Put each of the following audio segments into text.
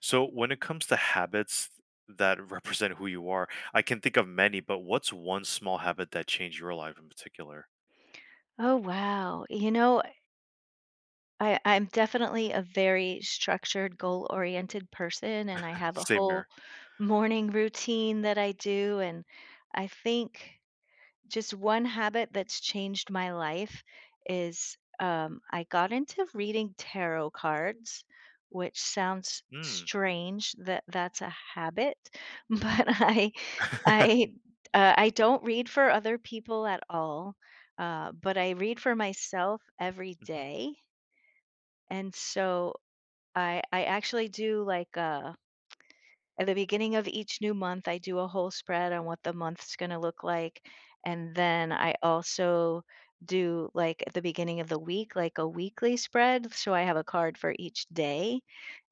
So when it comes to habits that represent who you are, I can think of many, but what's one small habit that changed your life in particular? Oh, wow. You know, I'm definitely a very structured, goal oriented person, and I have a Same whole here. morning routine that I do. And I think. Just one habit that's changed my life is, I got into reading tarot cards, which sounds Mm. strange that that's a habit, but I I, I don't read for other people at all, but I read for myself every Hmm. day, and so I actually do like a at the beginning of each new month, I do a whole spread on what the month's gonna look like, and then I also do, like, at the beginning of the week, like, a weekly spread, so I have a card for each day,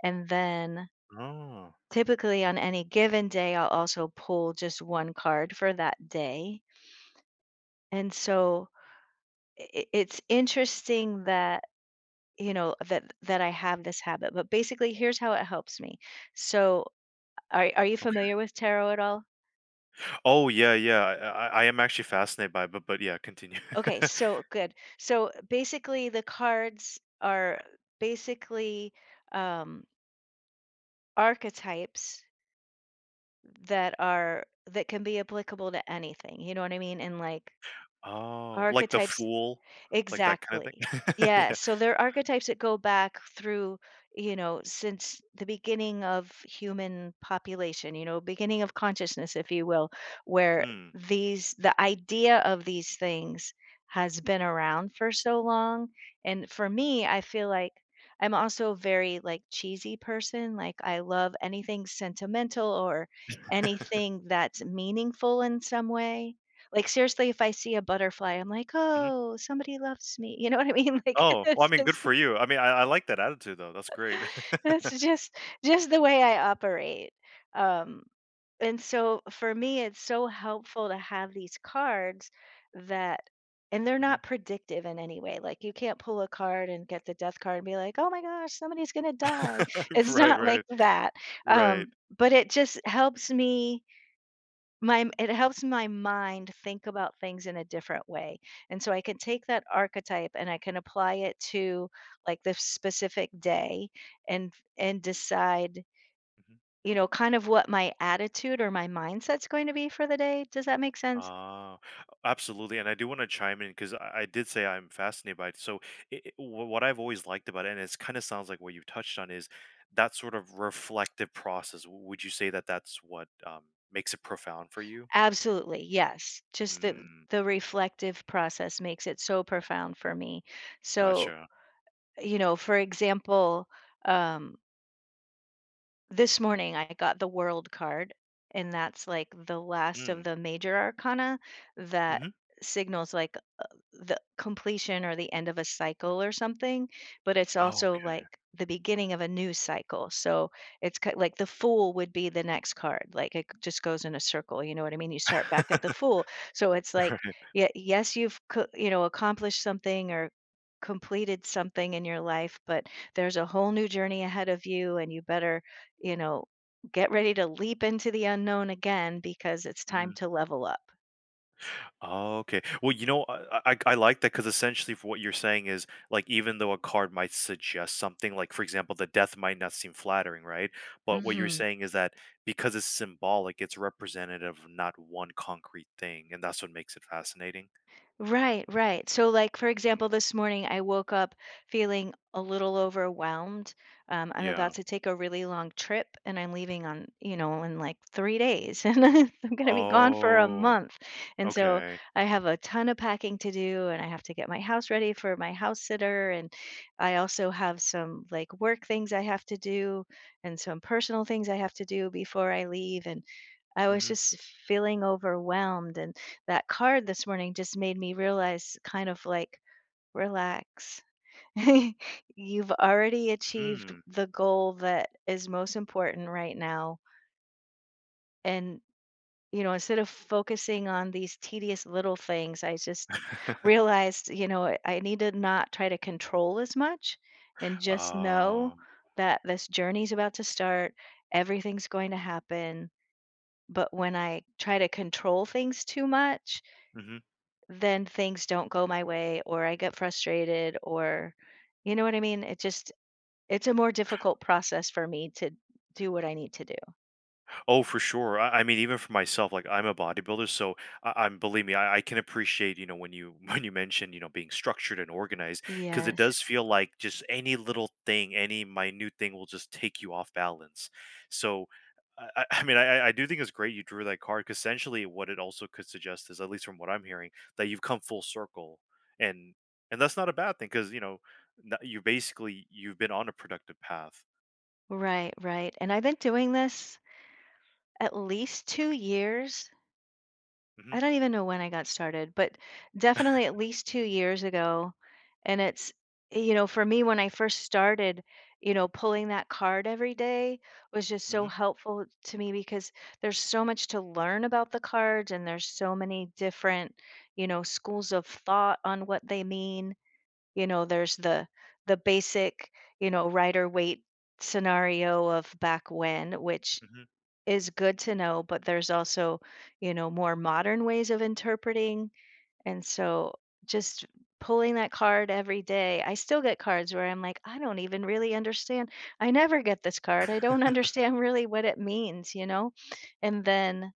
and then Oh, typically on any given day, I'll also pull just 1 card for that day, and so I it's interesting that, you know, that I have this habit, but basically, here's how it helps me. So, are you okay. familiar with tarot at all? Oh, yeah, yeah. I am actually fascinated by it, but yeah, continue. Okay, so good. So basically, the cards are basically um, archetypes that are that can be applicable to anything. You know what I mean? And like Oh, like the archetypes fool, like that kind of exactly. thing. Yeah, Yeah. so there are archetypes that go back through, you know, since the beginning of human population, you know, beginning of consciousness, if you will, where Mm. these the idea of these things has been around for so long. And for me, I feel like I'm also a very like cheesy person. Like I love anything sentimental or Hmm. anything that's meaningful in some way. Like, seriously, if I see a butterfly, I'm like, Mm-hmm. "Oh, somebody loves me." You know what I mean? Like, Oh, well, I that's mean, good just for you. I mean, I like that attitude though. That's great. that's just just the way I operate. Um, and so for me, it's so helpful to have these cards that and they're Mhm. not predictive in any way. Like, you can't pull a card and get the death card and be like, "Oh my gosh, somebody's gonna die." It's Right, not like right, that. right. But it just helps me my it helps my mind think about things in a different way, and so I can take that archetype and I can apply it to, like, the specific day and decide, Mm-hmm. you know, kind of what my attitude or my mindset's going to be for the day. Does that make sense? Ah, absolutely, and I do want to chime in because I did say I'm fascinated by it. So, it, it- wh- what I've always liked about it, and it's kind of sounds like what you've touched on, is that sort of reflective process. Would you say that that's what makes it profound for you? Absolutely, yes. Just the Mm, the reflective process makes it so profound for me. So, gotcha. you know, for example, um this morning I got the World card, and that's, like, the last of Mm. the major arcana that Hmm. signals, like, the completion or the end of a cycle or something, but it's Oh, also okay. like the beginning of a new cycle. So it's ki like the fool would be the next card. Like it just goes in a circle. You know what I mean? You start back at the fool. So it's like, Right. yeah, yes, you know accomplished something or completed something in your life, but there's a whole new journey ahead of you, and you better you know get ready to leap into the unknown again because it's Mm-hmm. time to level up. Oh, okay. Well, I like that because essentially for what you're saying is, like, even though a card might suggest something, like, for example, the death might not seem flattering, right? But what you're Hmm saying is that because it's symbolic, it's representative of not one concrete thing, and that's what makes it fascinating. Right, right. So, like, for Mm, example, this morning I woke up feeling a little overwhelmed. I'm about yeah. to take a really long trip and I'm leaving on, you know, in like 3 days and I'm going to be gone for a Oh, month. And so okay. I have a ton of packing to do and I have to get my house ready for my house sitter. And I also have some like work things I have to do and some personal things I have to do before I leave. And I was Mhm. just feeling overwhelmed. And that card this morning just made me realize kind of like, "Relax. You've already achieved Mm. the goal that is most important right now." And, you know, instead of focusing on these tedious little things, I just realized, you know, I need to not try to control as much and just know Oh. that this journey's about to start, everything's going to happen. But when I try to control things too much, Mhm. then things don't go my way or I get frustrated or you know what I mean? It just it's a more difficult process for me to do what I need to do. Oh, for sure. I mean, even for myself, like I'm a bodybuilder, so I'm, believe me, I can appreciate when you when you mentioned being structured and organized because it Yes. does feel like just any little thing, any minute thing will just take you off balance. So. I I mean, I do think it's great you drew that card because essentially what it also could suggest is, at least from what I'm hearing, that you've come full circle, and and that's not a bad thing because you've been on a productive path. Right, right. And I've been doing this at least 2 years. Hmm. I don't even know when I got started, but definitely at least 2 years ago. And it's, you know, for me, when I first started, you know, pulling that card every day was just so helpful to me because there's so much to learn about the cards and there's so many different, you know, schools of thought on what they mean. You know, there's the basic, you know, rider weight scenario of back when, which is good to know, but there's also, you know, more modern ways of interpreting. And so just pulling that card every day, I still get cards where I'm like, I don't even really understand. I never get this card. I don't understand really what it means, you know? And then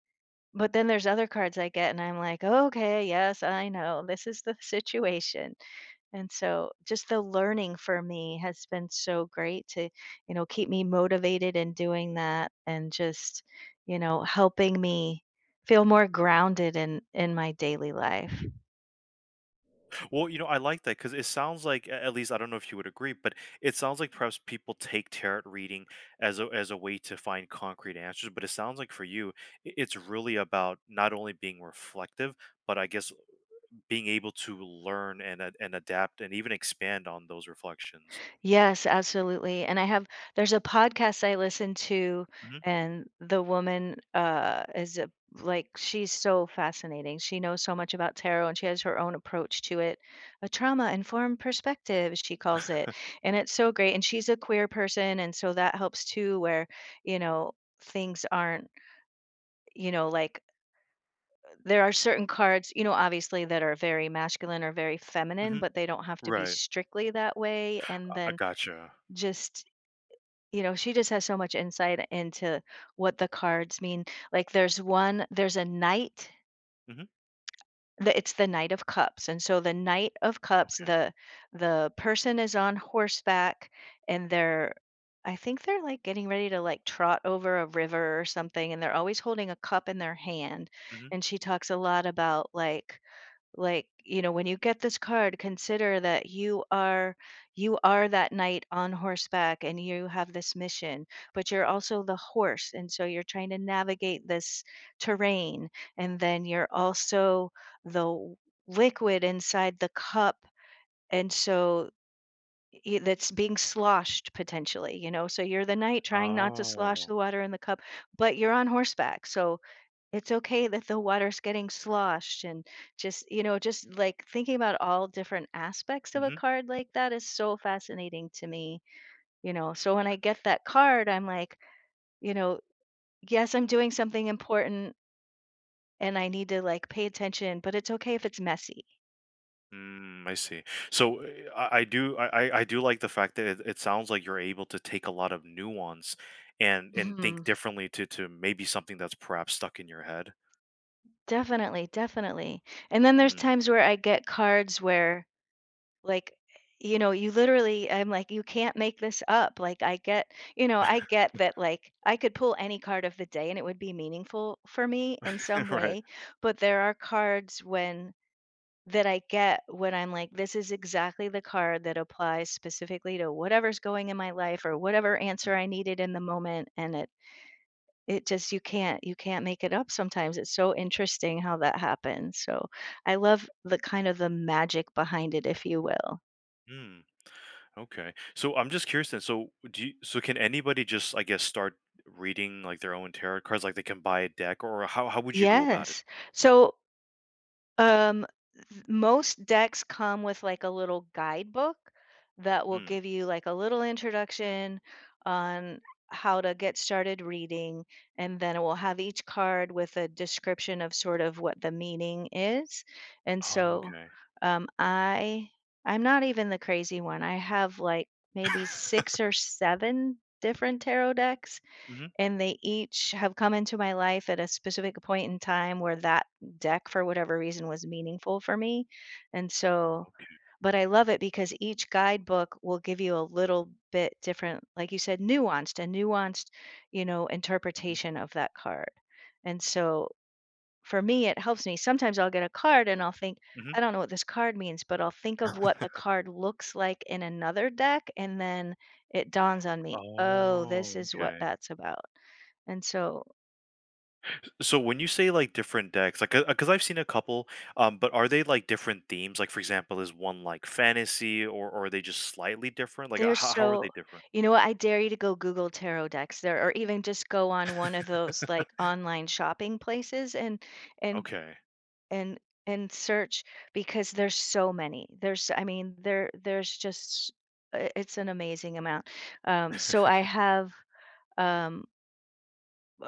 but then there's other cards I get and I'm like, "Okay, yes, I know. This is the situation." And so just the learning for me has been so great to, you know, keep me motivated in doing that and just, you know, helping me feel more grounded in my daily life. Well, I like that because it sounds like, at least I don't know if you would agree, but it sounds like perhaps people take tarot reading as a way to find concrete answers. But it sounds like for you, it's really about not only being reflective, but I guess being able to learn and and adapt and even expand on those reflections. Yes, absolutely, and I have there's a podcast I listen to, Hmm. and the woman, is a like, she's so fascinating. She knows so much about tarot, and she has her own approach to it, a trauma-informed perspective, she calls it, and it's so great, and she's a queer person, and so that helps too, where, you know, things aren't, you know, like, there are certain cards, you know, obviously, that are very masculine or very feminine, Hmm. but they don't have to be Right. strictly that way, and I then gotcha. just you know, she just has so much insight into what the cards mean. Like there's a knight Hmm. the it's the Knight of Cups, and so the Knight of Cups, Okay. The person is on horseback and they're I think they're like getting ready to like trot over a river or something, and they're always holding a cup in their hand. Hmm. And she talks a lot about like you know when you get this card consider that you are that knight on horseback and you have this mission but you're also the horse and so you're trying to navigate this terrain and then you're also the w- liquid inside the cup and so that's being sloshed potentially you know so you're the knight trying not to slosh Oh. the water in the cup but you're on horseback so it's okay that the water's getting sloshed and just, you know, just like thinking about all different aspects of a card like that is so fascinating to me, you know? So when I get that card, I'm like, you know, yes, I'm doing something important and I need to like pay attention, but it's okay if it's messy. Mm, I see. So I do like the fact that it sounds like you're able to take a lot of nuance and think Mhm. differently to maybe something that's perhaps stuck in your head. Definitely, definitely. And then there's Hmm. times where I get cards where like, you know, you literally I'm like, "You can't make this up." Like, I get you know, I get that, like, I could pull any card of the day and it would be meaningful for me in some Right. way, but there are cards when that I get when I'm like, "This is exactly the card that applies specifically to whatever's going in my life or whatever answer I needed in the moment," and it just you can't make it up sometimes. It's so interesting how that happens. So, I love the kind of the magic behind it, if you will. Mm, okay. So I'm just curious then. So can anybody just I guess start reading like their own tarot cards like they can buy a deck or how would you go about it? Yes. So, um, most decks come with like a little guidebook that will Hmm. give you like a little introduction on how to get started reading, and then it will have each card with a description of sort of what the meaning is. And Oh, so, okay. um, I I'm not even the crazy one. I have like maybe 6 or 7 different tarot decks Mhm. and they each have come into my life at a specific point in time where that deck for whatever reason was meaningful for me. And Oh, so okay. but I love it because each guidebook will give you a little bit different, like you said, nuanced, a nuanced, you know, Mhm. interpretation of that card. And so for me, it helps me. Sometimes I'll get a card and I'll think, Mhm. I don't know what this card means, but I'll think of what the card looks like in another deck, and then it dawns on me, oh, Oh, this is what okay. that's about. And so So when you say like different decks, like because I've seen a couple, but are they like different themes? Like for example, is one like fantasy, or are they just slightly different? Like they're how are they so, different? you know what? I dare you to go Google tarot decks there, or even just go on one of those like online shopping places and and Okay. and search because there's so many. There's, I mean, there's just it's an amazing amount. So I have Um,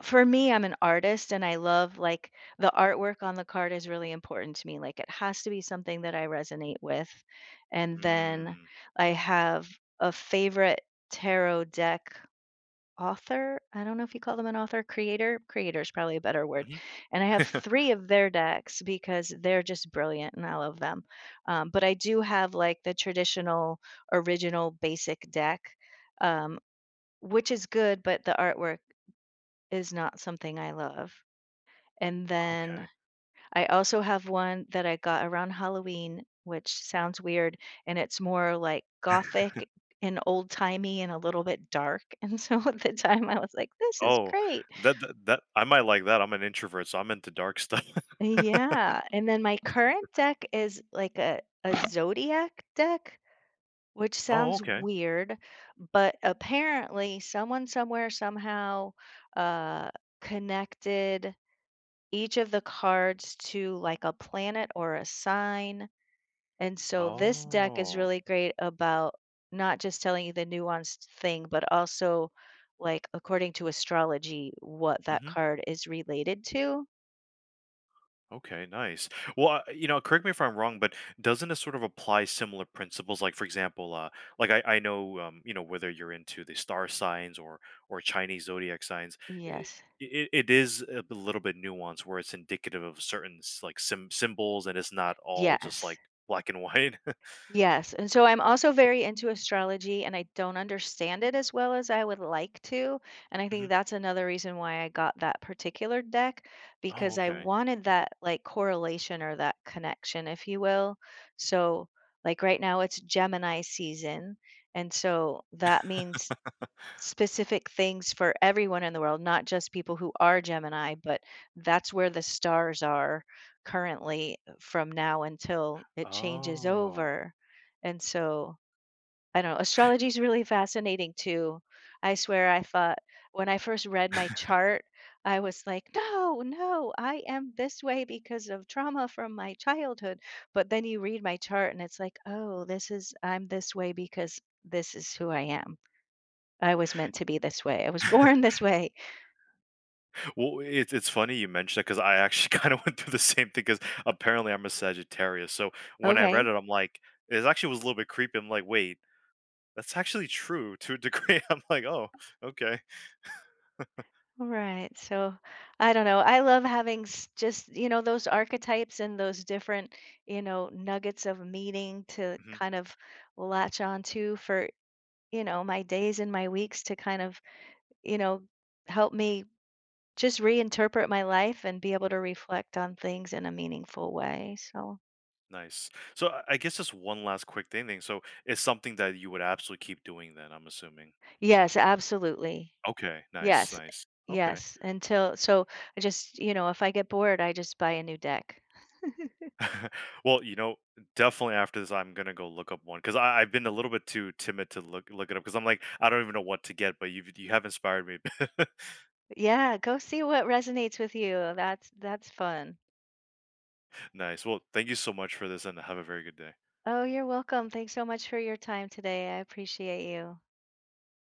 for me, I'm an artist and I love like the artwork on the card is really important to me. Like it has to be something that I resonate with. And then Mm. I have a favorite tarot deck author. I don't know if you call them an author, creator. Creator is probably a better word. Hmm. And I have 3 of their decks because they're just brilliant and I love them. But I do have like the traditional, original, basic deck. Um, which is good, but the artwork is not something I love. And then Okay. I also have one that I got around Halloween, which sounds weird, and it's more like gothic and old-timey and a little bit dark. And so at the time I was like, "This is Oh, great." that I might like that. I'm an introvert, so I'm into dark stuff. Yeah, and then my current deck is like a zodiac deck, which Oh, sounds okay. weird, but apparently someone somewhere somehow, uh, connected each of the cards to like a planet or a sign. And so this deck is Oh. really great about not just telling you the nuanced thing, but also like according to astrology, what that card is related to. Okay, nice. Well, correct me if I'm wrong, but doesn't it sort of apply similar principles? Like, for example, like I know, whether you're into the star signs or Chinese zodiac signs, it, Yes. it is a little bit nuanced where it's indicative of certain symbols, and it's not all just Yes. like black and white. Yes, and so I'm also very into astrology and I don't understand it as well as I would like to, and I think Mhm. that's another reason why I got that particular deck Oh, because I okay. wanted that, like, correlation or that connection, if you will. So, like, right now it's Gemini season, and so that means specific things for everyone in the world, not just people who are Gemini, but that's where the stars are currently from now until it changes Oh. over. And so, I don't know, astrology is really fascinating too. I swear I thought when I first read my chart, I was like, no, no, I am this way because of trauma from my childhood. But then you read my chart and it's like, oh, this is, I'm this way because this is who I am. I was meant to be this way. I was born this way. Well, it's funny you mentioned that because I actually kind of went through the same thing because apparently I'm a Sagittarius. So when I read Okay. it, I'm like, it actually was a little bit creepy. I'm like, wait, that's actually true to a degree. I'm like, oh, okay. Right. So I don't know. I love having just, you know, those archetypes and those different, you know, nuggets of meaning to Hmm. kind of latch on to for, you know, my days and my weeks to kind of, you know, help me just reinterpret my life and be able to reflect on things in a meaningful way. So, Nice. So I guess just one last quick thing. So it's something that you would absolutely keep doing. Then I'm assuming. yes, absolutely. Okay, nice, Yes, nice. Okay. yes, until so I just, you know, if I get bored, I just buy a new deck. Well, definitely after this, I'm gonna go look up one because I've been a little bit too timid to look it up because I'm like, I don't even know what to get. But you have inspired me. Yeah, go see what resonates with you. That's fun. Nice. Well, thank you so much for this and have a very good day. Oh, you're welcome. Thanks so much for your time today. I appreciate you.